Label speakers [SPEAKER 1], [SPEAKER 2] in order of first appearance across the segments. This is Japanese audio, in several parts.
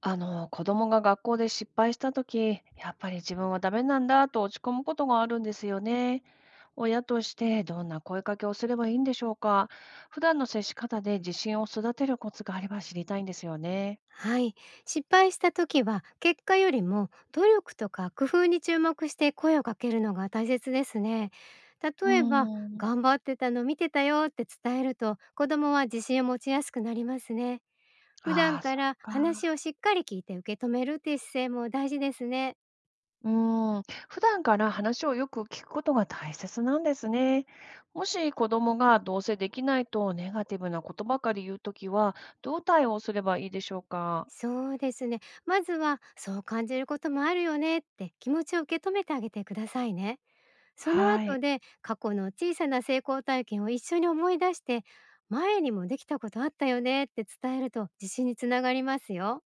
[SPEAKER 1] 子供が学校で失敗したとき、やっぱり自分はダメなんだと落ち込むことがあるんですよね。親としてどんな声かけをすればいいんでしょうか。普段の接し方で自信を育てるコツがあれば知りたいんですよね。
[SPEAKER 2] はい。失敗した時は、結果よりも努力とか工夫に注目して声をかけるのが大切ですね。
[SPEAKER 1] う
[SPEAKER 2] 例えば
[SPEAKER 1] ーん。
[SPEAKER 2] 「頑張ってたの見てたよ」って伝えると、子供は自信を持ちやすくなりますね。普
[SPEAKER 1] あ
[SPEAKER 2] 段
[SPEAKER 1] あ、そ
[SPEAKER 2] か
[SPEAKER 1] っ
[SPEAKER 2] ら話
[SPEAKER 1] か。
[SPEAKER 2] をしっかり聞いて受け止めるっていう姿勢も大事ですね。
[SPEAKER 1] うーん。普段から話をよく聞くことが大切なんですね。もし子供がどうせできないとネガティブなことばかり言うときは、どう対応すればいいでしょうか。
[SPEAKER 2] そうですね。まずは、「そう感じることもあるよね」って気持ちを受け止めてあげてくださいね。その
[SPEAKER 1] は
[SPEAKER 2] 後
[SPEAKER 1] い。
[SPEAKER 2] で、過去の小さな成功体験を一緒に思い出して、前にもできたことあったよねって伝えると、自信につながりますよ。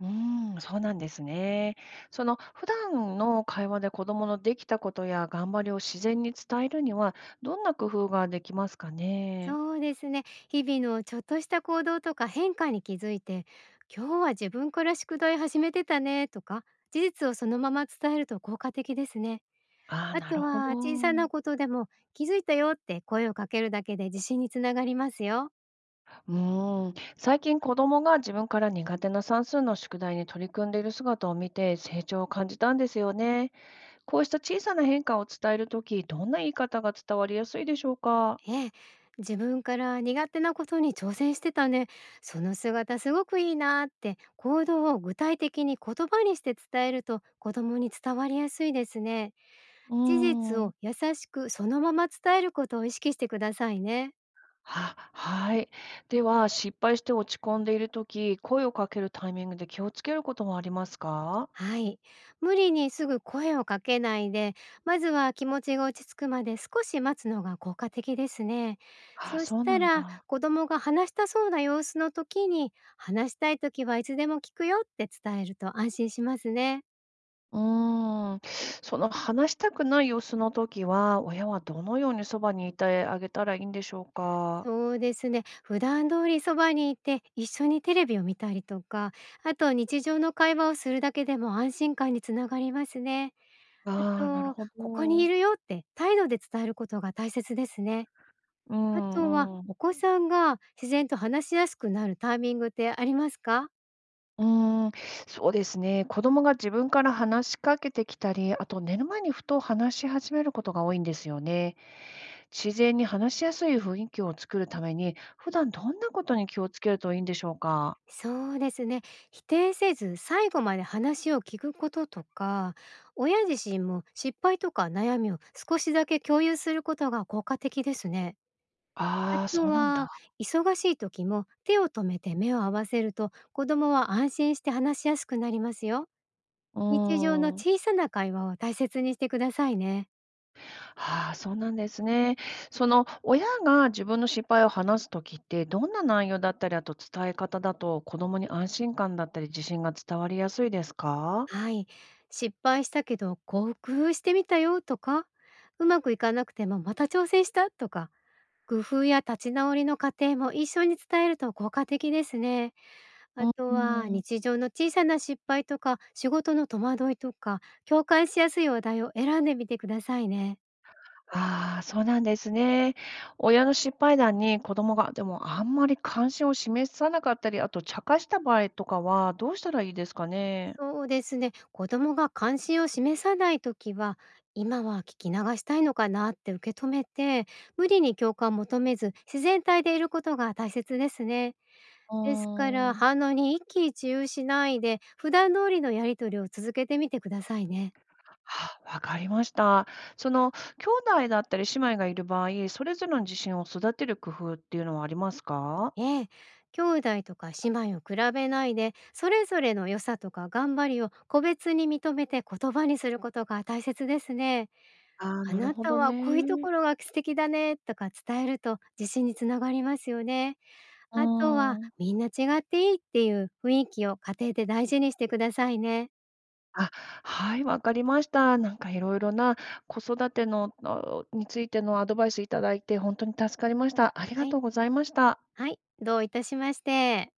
[SPEAKER 1] うーん、そうなんですね。その普段の会話で子供のできたことや頑張りを自然に伝えるには、どんな工夫ができますかね。
[SPEAKER 2] そうですね。日々のちょっとした行動とか変化に気づいて、今日は自分から宿題始めてたねとか、事実をそのまま伝えると効果的ですね。
[SPEAKER 1] ああ、
[SPEAKER 2] あ
[SPEAKER 1] な
[SPEAKER 2] と
[SPEAKER 1] るほ
[SPEAKER 2] は、
[SPEAKER 1] ど。
[SPEAKER 2] 小さなことでも気づいたよって声をかけるだけで、自信につながりますよ。
[SPEAKER 1] うーん、最近子供が自分から苦手な算数の宿題に取り組んでいる姿を見て成長を感じたんですよね。こうした小さな変化を伝えるとき、どんな言い方が伝わりやすいでしょうか。
[SPEAKER 2] ええ、自分から苦手なことに挑戦してたね。その姿すごくいいなって、行動を具体的に言葉にして伝えると、子供に伝わりやすいですね。
[SPEAKER 1] うー
[SPEAKER 2] 事実を
[SPEAKER 1] ん。
[SPEAKER 2] 優しくそのまま伝えることを意識してくださいね。
[SPEAKER 1] は、はい。では、失敗して落ち込んでいるとき声をかけるタイミングで気をつけることはありますか？
[SPEAKER 2] はい。無理にすぐ声をかけないで、まずは気持ちが落ち着くまで少し待つのが効果的ですね。
[SPEAKER 1] あ、
[SPEAKER 2] そし
[SPEAKER 1] そうな
[SPEAKER 2] た
[SPEAKER 1] ん
[SPEAKER 2] ら、
[SPEAKER 1] だ。
[SPEAKER 2] 子供が話したそうな様子の時に、話したい時はいつでも聞くよって伝えると安心しますね。
[SPEAKER 1] うーん。その話したくない様子の時は、親はどのようにそばにいてあげたらいいんでしょうか？
[SPEAKER 2] そうですね。普段通りそばにいて、一緒にテレビを見たりとか、あと日常の会話をするだけでも、安心感につながりますね。あ
[SPEAKER 1] ああ、なる
[SPEAKER 2] と、
[SPEAKER 1] ほ
[SPEAKER 2] ここにい
[SPEAKER 1] ど。
[SPEAKER 2] るよって態度で伝えることが大切ですね。
[SPEAKER 1] う
[SPEAKER 2] あとは、
[SPEAKER 1] んうん。
[SPEAKER 2] お子さんが自然と話しやすくなるタイミングってありますか？
[SPEAKER 1] うーん、そうですね。子供が自分から話しかけてきたり、あと寝る前にふと話し始めることが多いんですよね。自然に話しやすい雰囲気を作るために、普段どんなことに気をつけるといいんでしょうか？
[SPEAKER 2] そうですね。否定せず、最後まで話を聞くこととか、親自身も失敗とか悩みを少しだけ共有することが効果的ですね。あ
[SPEAKER 1] ああ、
[SPEAKER 2] と
[SPEAKER 1] そうなんだ。
[SPEAKER 2] は、忙しい時も手を止めて目を合わせると、子供は安心して話しやすくなりますよ。
[SPEAKER 1] う
[SPEAKER 2] 日常の
[SPEAKER 1] ーん。
[SPEAKER 2] 小さな会話を大切にしてくださいね。
[SPEAKER 1] ああ、そうなんですね。その、親が自分の失敗を話すときって、どんな内容だったり、あと伝え方だと、子供に安心感だったり、自信が伝わりやすいですか？
[SPEAKER 2] はい。失敗したけど、こう工夫してみたよとか、うまくいかなくてもまた挑戦したとか、工夫や立ち直りの過程も一緒に伝えると効果的ですね。あ
[SPEAKER 1] う
[SPEAKER 2] とは、
[SPEAKER 1] ん。
[SPEAKER 2] 日常の小さな失敗とか、仕事の戸惑いとか、共感しやすい話題を選んでみてくださいね。
[SPEAKER 1] ああ、そうなんですね。親の失敗談に子供が、でもあんまり関心を示さなかったり、あと茶化した場合とかはどうしたらいいですかね？
[SPEAKER 2] そうですね。子供が関心を示さないときは、今は聞き流したいのかなって受け止めて、無理に共感を求めず、自然体でいることが大切ですね。
[SPEAKER 1] あ
[SPEAKER 2] ですから、
[SPEAKER 1] あ。
[SPEAKER 2] 反応に一喜一憂しないで、普段通りのやり取りを続けてみてくださいね。
[SPEAKER 1] あ、わかりました。その、兄弟だったり姉妹がいる場合、それぞれの自信を育てる工夫っていうのはありますか？
[SPEAKER 2] ええ、兄弟とか姉妹を比べないで、それぞれの良さとか頑張りを個別に認めて言葉にすることが大切ですね。
[SPEAKER 1] ああー、
[SPEAKER 2] あ
[SPEAKER 1] なる
[SPEAKER 2] な
[SPEAKER 1] ほ
[SPEAKER 2] た
[SPEAKER 1] ど
[SPEAKER 2] はこういうと
[SPEAKER 1] ね。
[SPEAKER 2] ころが素敵だねとか伝えると、自信につながりますよね。
[SPEAKER 1] う
[SPEAKER 2] あとは、
[SPEAKER 1] ん。
[SPEAKER 2] みんな違っていいっていう雰囲気を家庭で大事にしてくださいね。
[SPEAKER 1] あ、はい、わかりました。なんかいろいろな子育ての、あについてのアドバイスいただいて、本当に助かりました。あり
[SPEAKER 2] は
[SPEAKER 1] が
[SPEAKER 2] い、
[SPEAKER 1] とうございました。
[SPEAKER 2] はい、どういたしまして。